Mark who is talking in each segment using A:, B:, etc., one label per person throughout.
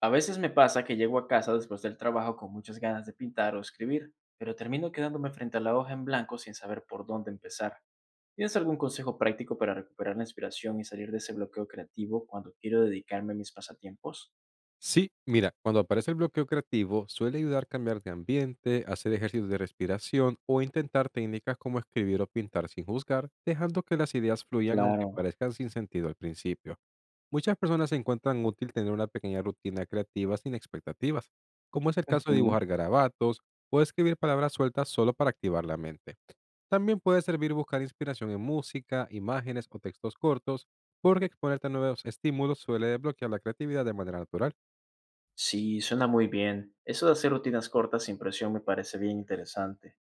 A: A veces me pasa que llego a casa después del trabajo con muchas ganas de pintar o escribir, pero termino quedándome frente a la hoja en blanco sin saber por dónde empezar. ¿Tienes algún consejo práctico para recuperar la inspiración y salir de ese bloqueo creativo cuando quiero dedicarme a mis pasatiempos?
B: Sí, mira, cuando aparece el bloqueo creativo, suele ayudar a cambiar de ambiente, hacer ejercicios de respiración o intentar técnicas como escribir o pintar sin juzgar, dejando que las ideas fluyan aunque
A: Claro.
B: parezcan sin sentido al principio. Muchas personas encuentran útil tener una pequeña rutina creativa sin expectativas, como es el caso de
A: Ujú.
B: dibujar garabatos o escribir palabras sueltas solo para activar la mente. También puede servir buscar inspiración en música, imágenes o textos cortos, porque exponerte a nuevos estímulos suele desbloquear la creatividad de manera natural.
A: Sí, suena muy bien. Eso de hacer rutinas cortas sin presión me parece bien interesante.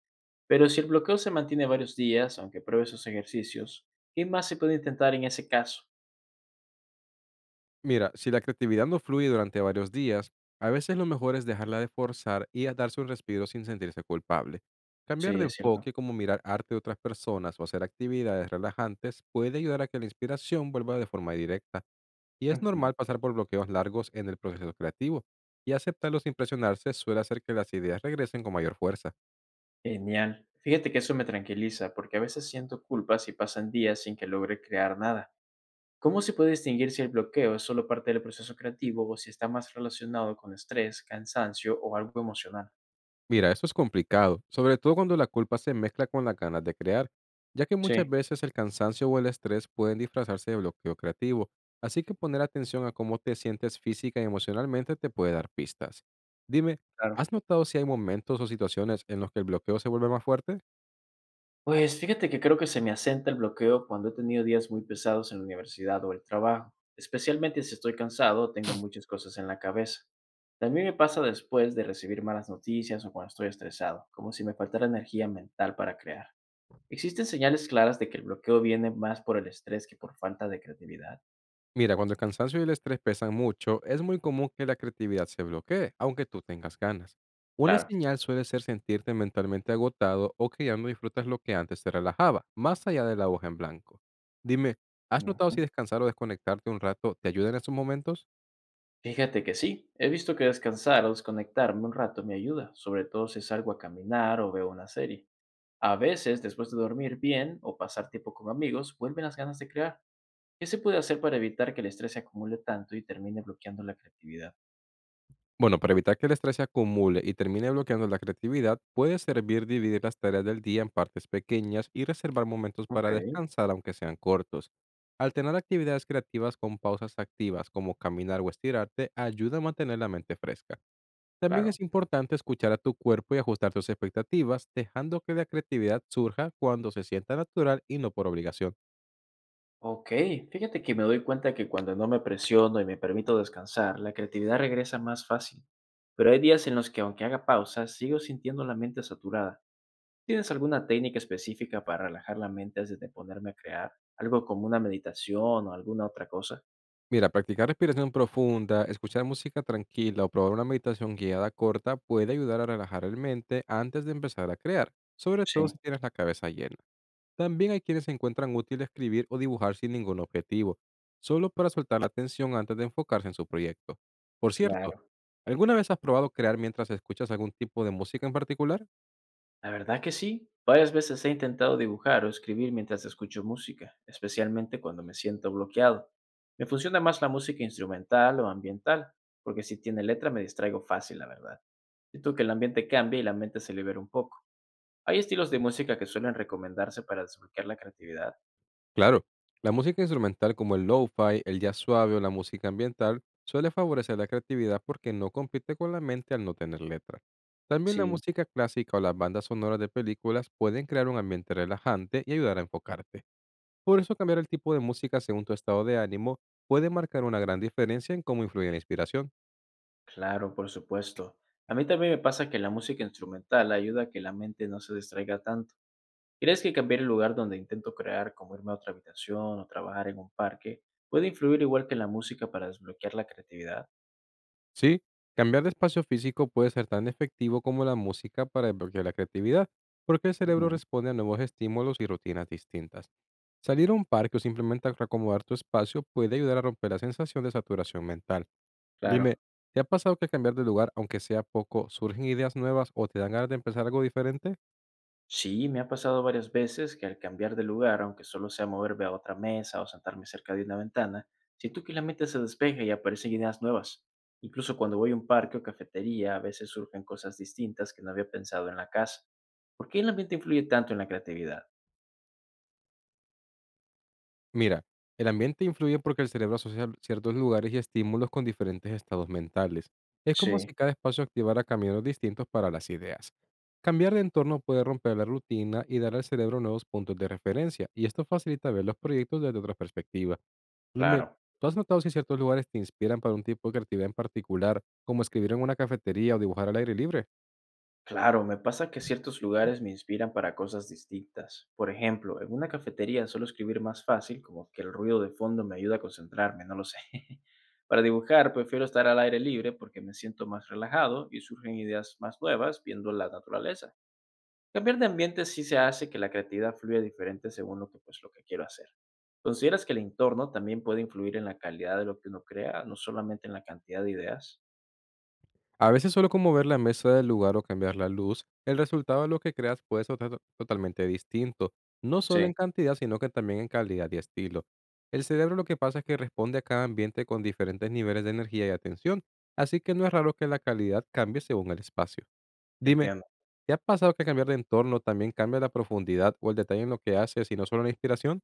A: Pero si el bloqueo se mantiene varios días, aunque pruebe esos ejercicios, ¿qué más se puede intentar en ese caso?
B: Mira, si la creatividad no fluye durante varios días, a veces lo mejor es dejarla de forzar y a darse un respiro sin sentirse culpable. Cambiar
A: Sí,
B: de
A: es cierto.
B: enfoque como mirar arte de otras personas o hacer actividades relajantes puede ayudar a que la inspiración vuelva de forma directa y es
A: Ujú.
B: normal pasar por bloqueos largos en el proceso creativo y aceptarlo sin presionarse suele hacer que las ideas regresen con mayor fuerza.
A: Genial. Fíjate que eso me tranquiliza, porque a veces siento culpa si pasan días sin que logre crear nada. ¿Cómo se puede distinguir si el bloqueo es solo parte del proceso creativo o si está más relacionado con estrés, cansancio o algo emocional?
B: Mira, eso es complicado, sobre todo cuando la culpa se mezcla con las ganas de crear, ya que muchas
A: Sí,
B: veces el cansancio o el estrés pueden disfrazarse de bloqueo creativo, así que poner atención a cómo te sientes física y emocionalmente te puede dar pistas. Dime,
A: claro.
B: ¿has notado si hay momentos o situaciones en los que el bloqueo se vuelve más fuerte?
A: Pues fíjate que creo que se me asenta el bloqueo cuando he tenido días muy pesados en la universidad o el trabajo, especialmente si estoy cansado o tengo muchas cosas en la cabeza. También me pasa después de recibir malas noticias o cuando estoy estresado, como si me faltara energía mental para crear. ¿Existen señales claras de que el bloqueo viene más por el estrés que por falta de creatividad?
B: Mira, cuando el cansancio y el estrés pesan mucho, es muy común que la creatividad se bloquee, aunque tú tengas ganas. Una
A: Claro.
B: señal suele ser sentirte mentalmente agotado o que ya no disfrutas lo que antes te relajaba, más allá de la hoja en blanco. Dime, ¿has notado
A: Ujú.
B: si descansar o desconectarte un rato te ayuda en esos momentos?
A: Fíjate que sí, he visto que descansar o desconectarme un rato me ayuda, sobre todo si salgo a caminar o veo una serie. A veces, después de dormir bien o pasar tiempo con amigos, vuelven las ganas de crear. ¿Qué se puede hacer para evitar que el estrés se acumule tanto y termine bloqueando la creatividad?
B: Bueno, para evitar que el estrés se acumule y termine bloqueando la creatividad, puede servir dividir las tareas del día en partes pequeñas y reservar momentos
A: Ok,
B: para descansar, aunque sean cortos. Alternar actividades creativas con pausas activas, como caminar o estirarte, ayuda a mantener la mente fresca. También
A: claro.
B: es importante escuchar a tu cuerpo y ajustar tus expectativas, dejando que la creatividad surja cuando se sienta natural y no por obligación.
A: Ok, fíjate que me doy cuenta que cuando no me presiono y me permito descansar, la creatividad regresa más fácil. Pero hay días en los que aunque haga pausas, sigo sintiendo la mente saturada. ¿Tienes alguna técnica específica para relajar la mente antes de ponerme a crear? ¿Algo como una meditación o alguna otra cosa?
B: Mira, practicar respiración profunda, escuchar música tranquila o probar una meditación guiada corta puede ayudar a relajar el mente antes de empezar a crear, sobre todo
A: Sí,
B: si tienes la cabeza llena. También hay quienes encuentran útil escribir o dibujar sin ningún objetivo, solo para soltar la tensión antes de enfocarse en su proyecto. Por cierto,
A: claro.
B: ¿alguna vez has probado crear mientras escuchas algún tipo de música en particular?
A: La verdad que sí. Varias veces he intentado dibujar o escribir mientras escucho música, especialmente cuando me siento bloqueado. Me funciona más la música instrumental o ambiental, porque si tiene letra me distraigo fácil, la verdad. Siento que el ambiente cambia y la mente se libera un poco. ¿Hay estilos de música que suelen recomendarse para desbloquear la creatividad?
B: Claro, la música instrumental como el lo-fi, el jazz suave o la música ambiental suele favorecer la creatividad porque no compite con la mente al no tener letra. También la
A: Sí,
B: música clásica o las bandas sonoras de películas pueden crear un ambiente relajante y ayudar a enfocarte. Por eso cambiar el tipo de música según tu estado de ánimo puede marcar una gran diferencia en cómo influye en la inspiración.
A: claro, por supuesto. A mí también me pasa que la música instrumental ayuda a que la mente no se distraiga tanto. ¿Crees que cambiar el lugar donde intento crear, como irme a otra habitación o trabajar en un parque, puede influir igual que en la música para desbloquear la creatividad?
B: Sí, cambiar de espacio físico puede ser tan efectivo como la música para desbloquear la creatividad, porque el cerebro
A: Ujú.
B: responde a nuevos estímulos y rutinas distintas. Salir a un parque o simplemente acomodar tu espacio puede ayudar a romper la sensación de saturación mental. Dime,
A: Claro.
B: ¿te ha pasado que cambiar de lugar, aunque sea poco, surgen ideas nuevas o te dan ganas de empezar algo diferente?
A: Sí, me ha pasado varias veces que al cambiar de lugar, aunque solo sea moverme a otra mesa o sentarme cerca de una ventana, siento que la mente se despeja y aparecen ideas nuevas. Incluso cuando voy a un parque o cafetería, a veces surgen cosas distintas que no había pensado en la casa. ¿Por qué el ambiente influye tanto en la creatividad?
B: Mira, el ambiente influye porque el cerebro asocia ciertos lugares y estímulos con diferentes estados mentales. Es como
A: Sí,
B: si cada espacio activara caminos distintos para las ideas. Cambiar de entorno puede romper la rutina y dar al cerebro nuevos puntos de referencia, y esto facilita ver los proyectos desde otra perspectiva. Dime,
A: claro.
B: ¿tú has notado si ciertos lugares te inspiran para un tipo de creatividad en particular, como escribir en una cafetería o dibujar al aire libre?
A: Claro, me pasa que ciertos lugares me inspiran para cosas distintas. Por ejemplo, en una cafetería suelo escribir más fácil, como que el ruido de fondo me ayuda a concentrarme, no lo sé. Para dibujar prefiero estar al aire libre porque me siento más relajado y surgen ideas más nuevas viendo la naturaleza. Cambiar de ambiente sí se hace que la creatividad fluya diferente según lo que quiero hacer. ¿Consideras que el entorno también puede influir en la calidad de lo que uno crea, no solamente en la cantidad de ideas?
B: A veces solo como ver la mesa del lugar o cambiar la luz, el resultado de lo que creas puede ser totalmente distinto, no solo
A: Sí,
B: en cantidad, sino que también en calidad y estilo. El cerebro lo que pasa es que responde a cada ambiente con diferentes niveles de energía y atención, así que no es raro que la calidad cambie según el espacio. Dime,
A: entiendo.
B: ¿te ha pasado que cambiar de entorno también cambia la profundidad o el detalle en lo que haces y no solo la inspiración?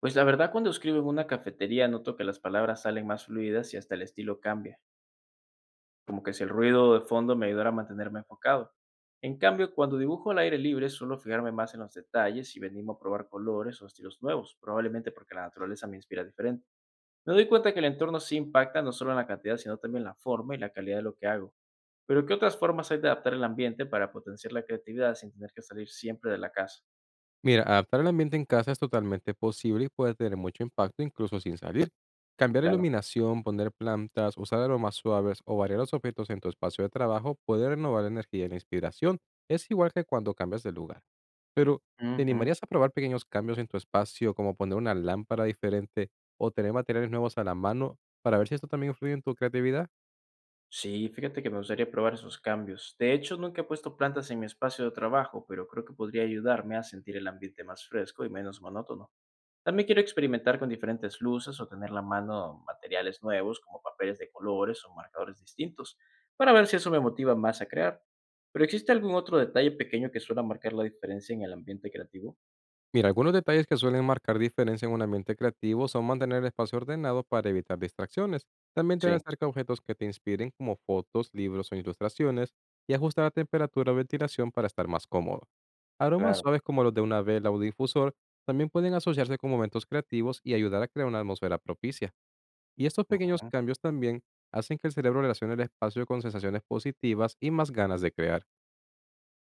A: Pues la verdad, cuando escribo en una cafetería noto que las palabras salen más fluidas y hasta el estilo cambia, como que si el ruido de fondo me ayudara a mantenerme enfocado. En cambio, cuando dibujo al aire libre suelo fijarme más en los detalles y venimos a probar colores o estilos nuevos, probablemente porque la naturaleza me inspira diferente. Me doy cuenta que el entorno sí impacta no solo en la cantidad, sino también en la forma y la calidad de lo que hago. Pero ¿qué otras formas hay de adaptar el ambiente para potenciar la creatividad sin tener que salir siempre de la casa?
B: Mira, adaptar el ambiente en casa es totalmente posible y puede tener mucho impacto incluso sin salir. Cambiar
A: Claro.
B: iluminación, poner plantas, usar aromas suaves o variar los objetos en tu espacio de trabajo puede renovar la energía y la inspiración. Es igual que cuando cambias de lugar. Pero, ¿te
A: Ujú.
B: animarías a probar pequeños cambios en tu espacio, como poner una lámpara diferente o tener materiales nuevos a la mano para ver si esto también influye en tu creatividad?
A: Sí, fíjate que me gustaría probar esos cambios. De hecho, nunca he puesto plantas en mi espacio de trabajo, pero creo que podría ayudarme a sentir el ambiente más fresco y menos monótono. También quiero experimentar con diferentes luces o tener a la mano materiales nuevos como papeles de colores o marcadores distintos para ver si eso me motiva más a crear. Pero ¿existe algún otro detalle pequeño que suele marcar la diferencia en el ambiente creativo?
B: Mira, algunos detalles que suelen marcar diferencia en un ambiente creativo son mantener el espacio ordenado para evitar distracciones, también tener
A: Sí,
B: cerca objetos que te inspiren como fotos, libros o ilustraciones y ajustar la temperatura o ventilación para estar más cómodo. Aromas
A: claro.
B: suaves como los de una vela o difusor también pueden asociarse con momentos creativos y ayudar a crear una atmósfera propicia. Y estos pequeños cambios también hacen que el cerebro relacione el espacio con sensaciones positivas y más ganas de crear.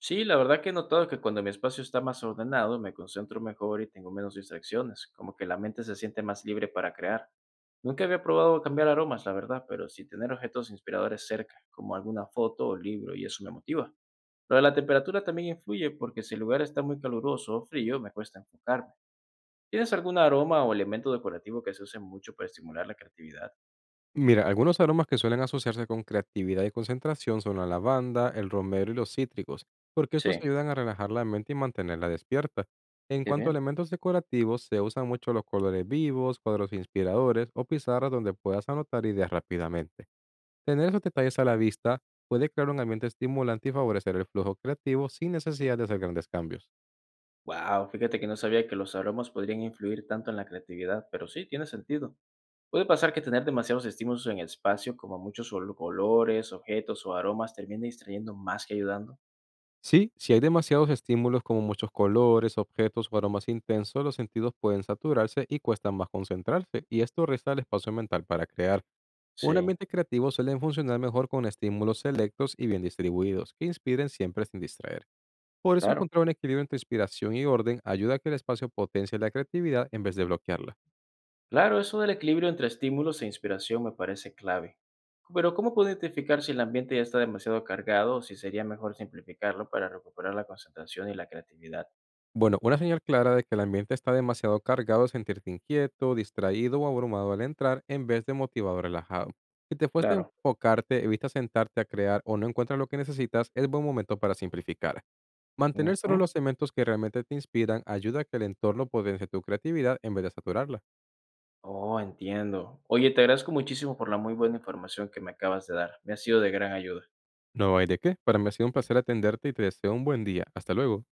A: Sí, la verdad que he notado que cuando mi espacio está más ordenado, me concentro mejor y tengo menos distracciones, como que la mente se siente más libre para crear. Nunca había probado cambiar aromas, la verdad, pero sí tener objetos inspiradores cerca, como alguna foto o libro, y eso me motiva. Lo de la temperatura también influye porque si el lugar está muy caluroso o frío, me cuesta enfocarme. ¿Tienes algún aroma o elemento decorativo que se use mucho para estimular la creatividad?
B: Mira, algunos aromas que suelen asociarse con creatividad y concentración son la lavanda, el romero y los cítricos, porque estos
A: Sí,
B: ayudan a relajar la mente y mantenerla despierta. En
A: qué
B: cuanto a
A: bien.
B: elementos decorativos, se usan mucho los colores vivos, cuadros inspiradores o pizarras donde puedas anotar ideas rápidamente. Tener esos detalles a la vista puede crear un ambiente estimulante y favorecer el flujo creativo sin necesidad de hacer grandes cambios.
A: Wow, fíjate que no sabía que los aromas podrían influir tanto en la creatividad, pero sí, tiene sentido. Puede pasar que tener demasiados estímulos en el espacio, como muchos colores, objetos o aromas, termine distrayendo más que ayudando.
B: Sí, si hay demasiados estímulos como muchos colores, objetos o aromas intensos, los sentidos pueden saturarse y cuesta más concentrarse, y esto resta el espacio mental para crear. Un
A: Sí,
B: ambiente creativo suele funcionar mejor con estímulos selectos y bien distribuidos, que inspiren siempre sin distraer. Por eso
A: claro.
B: encontrar un equilibrio entre inspiración y orden ayuda a que el espacio potencie la creatividad en vez de bloquearla.
A: Claro, eso del equilibrio entre estímulos e inspiración me parece clave. Pero ¿cómo puedo identificar si el ambiente ya está demasiado cargado o si sería mejor simplificarlo para recuperar la concentración y la creatividad?
B: Bueno, una señal clara de que el ambiente está demasiado cargado es sentirte inquieto, distraído o abrumado al entrar en vez de motivado o relajado. Si te fuiste a
A: Claro.
B: enfocarte, evitas sentarte a crear o no encuentras lo que necesitas, es buen momento para simplificar. Mantener solo
A: Ujú.
B: los elementos que realmente te inspiran ayuda a que el entorno potencie tu creatividad en vez de saturarla.
A: Oh, entiendo. Oye, te agradezco muchísimo por la muy buena información que me acabas de dar. Me ha sido de gran ayuda.
B: No hay de qué. Para mí ha sido un placer atenderte y te deseo un buen día. Hasta luego.